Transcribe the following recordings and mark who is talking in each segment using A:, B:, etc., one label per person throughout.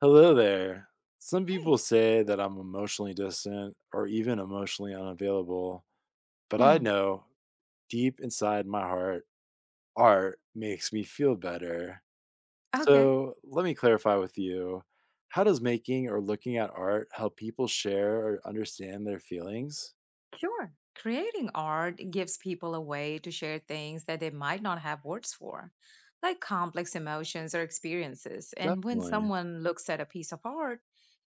A: Hello there. Some
B: Hey.
A: people say that I'm emotionally distant or even emotionally unavailable, but I
B: Hmm.
A: know deep inside my heart, art makes me feel better.
B: Okay.
A: So let me clarify with you, how does making or looking at art help people share or understand their feelings?
B: Sure. Creating art gives people a way to share things that they might not have words for, like complex emotions or experiences. And when
A: Definitely.
B: someone looks at a piece of art,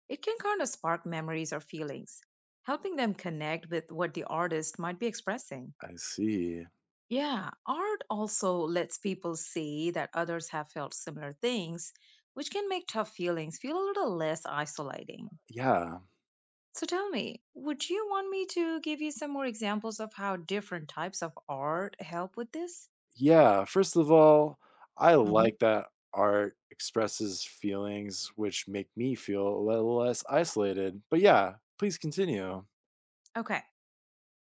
B: it can kind of spark memories or feelings, helping them connect with what the artist might be expressing.
A: I see.
B: Yeah, art also lets people see that others have felt similar things, which can make tough feelings feel a little less isolating.
A: Yeah.
B: So tell me, would you want me to give you some more examples of how different types of art help with this?
A: Yeah, first of all, I
B: Hmm.
A: like that art expresses feelings which make me feel a little less isolated. But yeah, please continue.
B: Okay.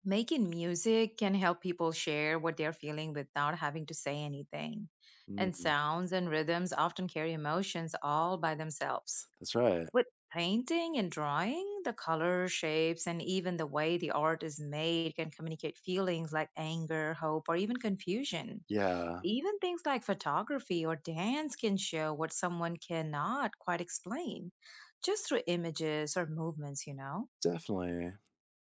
B: Making music can help people share what they're feeling without having to say anything. And
A: Mm,
B: sounds and rhythms often carry emotions all by themselves.
A: that's right.
B: With painting and drawing, the color, shapes, and even the way the art is made can communicate feelings like anger, hope, or even confusion.
A: Yeah,
B: Even things like photography or dance can show what someone cannot quite explain just through images or movements,
A: definitely.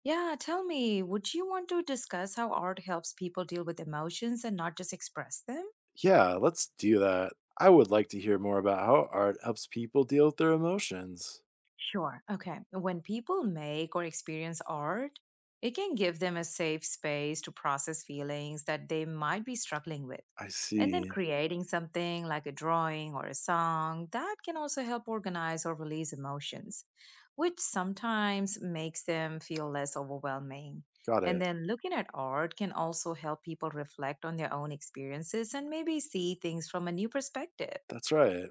B: Yeah, tell me, would you want to discuss how art helps people deal with emotions and not just express them?
A: Yeah, let's do that. I would like to hear more about how art helps people deal with their emotions.
B: Sure. Okay. When people make or experience art, it can give them a safe space to process feelings that they might be struggling with.
A: I
B: And then
A: see.
B: creating something like a drawing or a song that can also help organize or release emotions, which sometimes makes them feel less overwhelming.
A: Got it.
B: And then looking at art can also help people reflect on their own experiences and maybe see things from a new perspective.
A: That's right.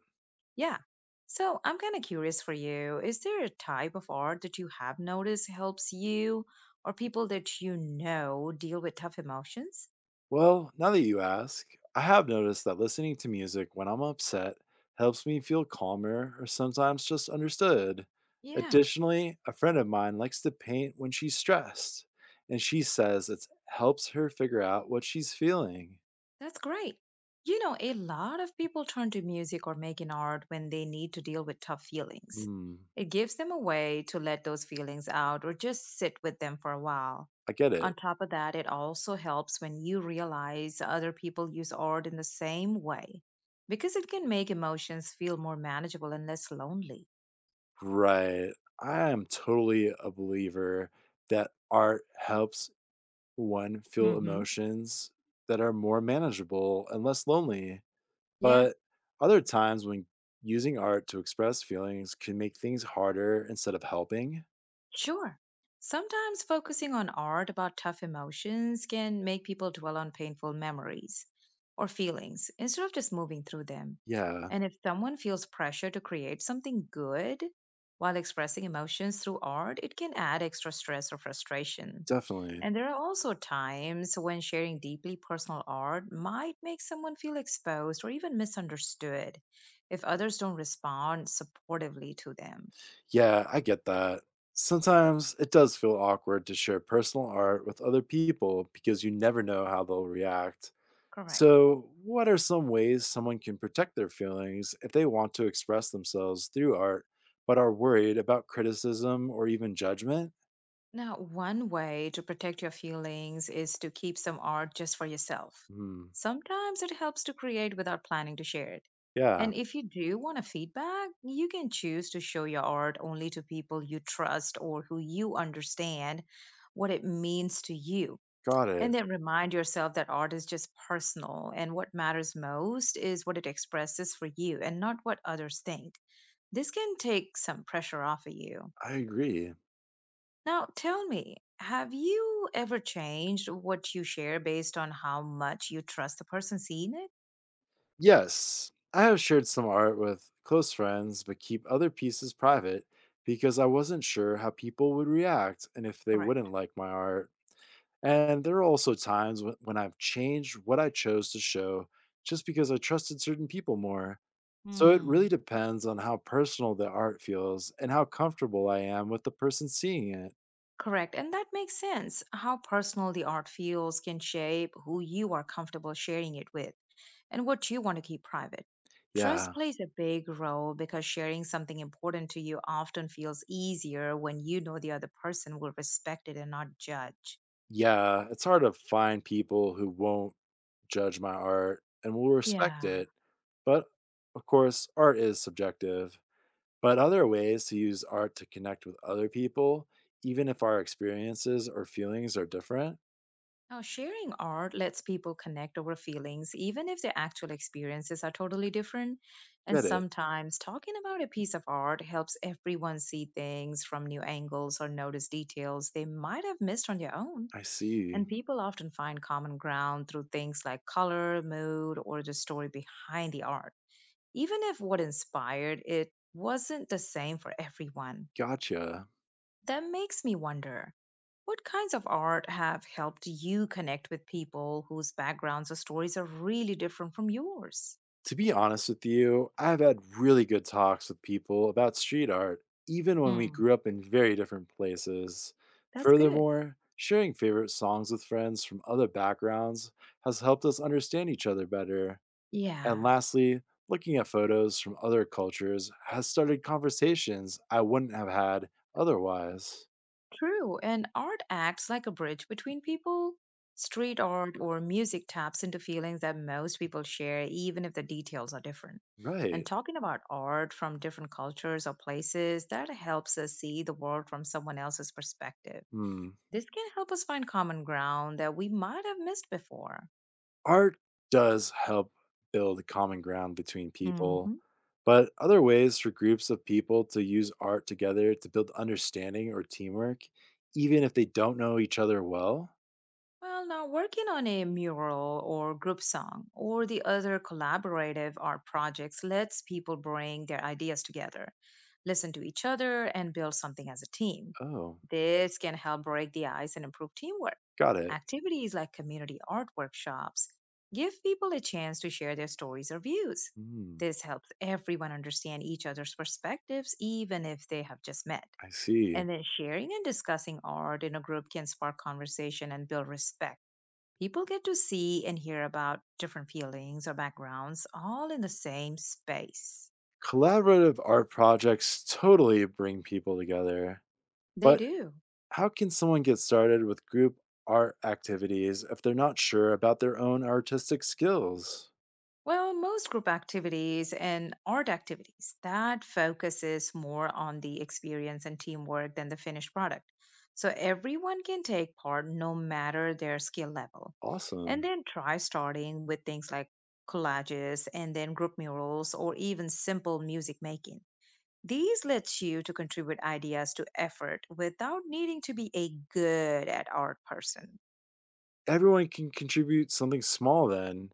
B: Yeah. So I'm kind of curious for you. Is there a type of art that you have noticed helps you or people that you know deal with tough emotions?
A: Well, now that you ask, I have noticed that listening to music when I'm upset helps me feel calmer or sometimes just understood.
B: Yeah.
A: Additionally, a friend of mine likes to paint when she's stressed, and she says it helps her figure out what she's feeling.
B: That's great. You know, a lot of people turn to music or making art when they need to deal with tough feelings.
A: Hmm,
B: It gives them a way to let those feelings out or just sit with them for a while.
A: I get it.
B: On top of that, it also helps when you realize other people use art in the same way because it can make emotions feel more manageable and less lonely.
A: Right. I am totally a believer that art helps one feel
B: Hmm.
A: emotions that are more manageable and less lonely.
B: Yeah.
A: But other times when using art to express feelings can make things harder instead of helping.
B: Sure. Sometimes focusing on art about tough emotions can make people dwell on painful memories or feelings instead of just moving through them.
A: Yeah,
B: And if someone feels pressure to create something good while expressing emotions through art, it can add extra stress or frustration.
A: definitely.
B: And there are also times when sharing deeply personal art might make someone feel exposed or even misunderstood if others don't respond supportively to them.
A: Yeah, I get that. Sometimes it does feel awkward to share personal art with other people because you never know how they'll react.
B: Correct.
A: So, what are some ways someone can protect their feelings if they want to express themselves through art but are worried about criticism or even judgment?
B: Now, one way to protect your feelings is to keep some art just for yourself.
A: Hmm.
B: Sometimes it helps to create without planning to share it.
A: Yeah,
B: And if you do want a feedback, you can choose to show your art only to people you trust or who you understand what it means to you.
A: got
B: And
A: it.
B: then remind yourself that art is just personal and what matters most is what it expresses for you and not what others think. This can take some pressure off of you.
A: I agree.
B: Now, tell me, have you ever changed what you share based on how much you trust the person seeing it?
A: Yes, I have shared some art with close friends, but keep other pieces private because I wasn't sure how people would react and if they
B: Correct.
A: wouldn't like my art. And there are also times when I've changed what I chose to show just because I trusted certain people more. So it really
B: Hmm.
A: depends on how personal the art feels and how comfortable I am with the person seeing it.
B: Correct. And that makes sense. How personal the art feels can shape who you are comfortable sharing it with and what you want to keep private. Trust
A: Yeah.
B: plays a big role because sharing something important to you often feels easier when you know the other person will respect it and not judge.
A: Yeah, it's hard to find people who won't judge my art and will respect
B: Yeah.
A: it. But of course, art is subjective. But other ways to use art to connect with other people, even if our experiences or feelings are different.
B: Now, sharing art lets people connect over feelings, even if their actual experiences are totally different. And
A: Get it.
B: sometimes talking about a piece of art helps everyone see things from new angles or notice details they might have missed on their own.
A: I see.
B: And people often find common ground through things like color, mood, or the story behind the art, even if what inspired it wasn't the same for everyone.
A: Gotcha.
B: That makes me wonder what kinds of art have helped you connect with people whose backgrounds or stories are really different from yours?
A: To be honest with you, I've had really good talks with people about street art, even when we
B: Hmm,
A: grew up in very different places.
B: that's good.
A: Furthermore, sharing favorite songs with friends from other backgrounds has helped us understand each other better. And
B: Yeah,
A: lastly, looking at photos from other cultures has started conversations I wouldn't have had otherwise.
B: true. And art acts like a bridge between people. Street art or music taps into feelings that most people share, even if the details are different. And
A: Right.
B: talking about art from different cultures or places, that helps us see the world from someone else's perspective.
A: Hmm.
B: This can help us find common ground that we might have missed before.
A: Art does help build common ground between people,
B: Hmm.
A: but other ways for groups of people to use art together to build understanding or teamwork, even if they don't know each other well.
B: Well, now working on a mural or group song or the other collaborative art projects lets people bring their ideas together, listen to each other, and build something as a team.
A: Oh,
B: This can help break the ice and improve teamwork.
A: got it.
B: Activities like community art workshops give people a chance to share their stories or views.
A: Hmm,
B: This helps everyone understand each other's perspectives, even if they have just met.
A: I see.
B: And then sharing and discussing art in a group can spark conversation and build respect. People get to see and hear about different feelings or backgrounds all in the same space.
A: Collaborative art projects totally bring people together,
B: They
A: but
B: do.
A: how can someone get started with group art activities if they're not sure about their own artistic skills?
B: Well, most group activities and art activities that focuses more on the experience and teamwork than the finished product. So everyone can take part no matter their skill level. And
A: Awesome.
B: then try starting with things like collages and then group murals or even simple music making. These lets you to contribute ideas to effort without needing to be a good at art person.
A: Everyone can contribute something small then.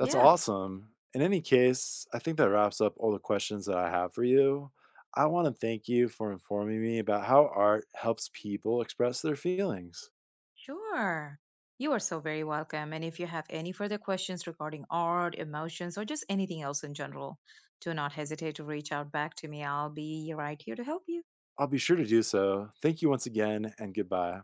A: That's awesome. In any case, I think that wraps up all the questions that I have for you. I want to thank you for informing me about how art helps people express their feelings.
B: Sure. You are so very welcome. And if you have any further questions regarding art, emotions, or just anything else in general, do not hesitate to reach out back to me. I'll be right here to help you.
A: I'll be sure to do so. Thank you once again, and goodbye.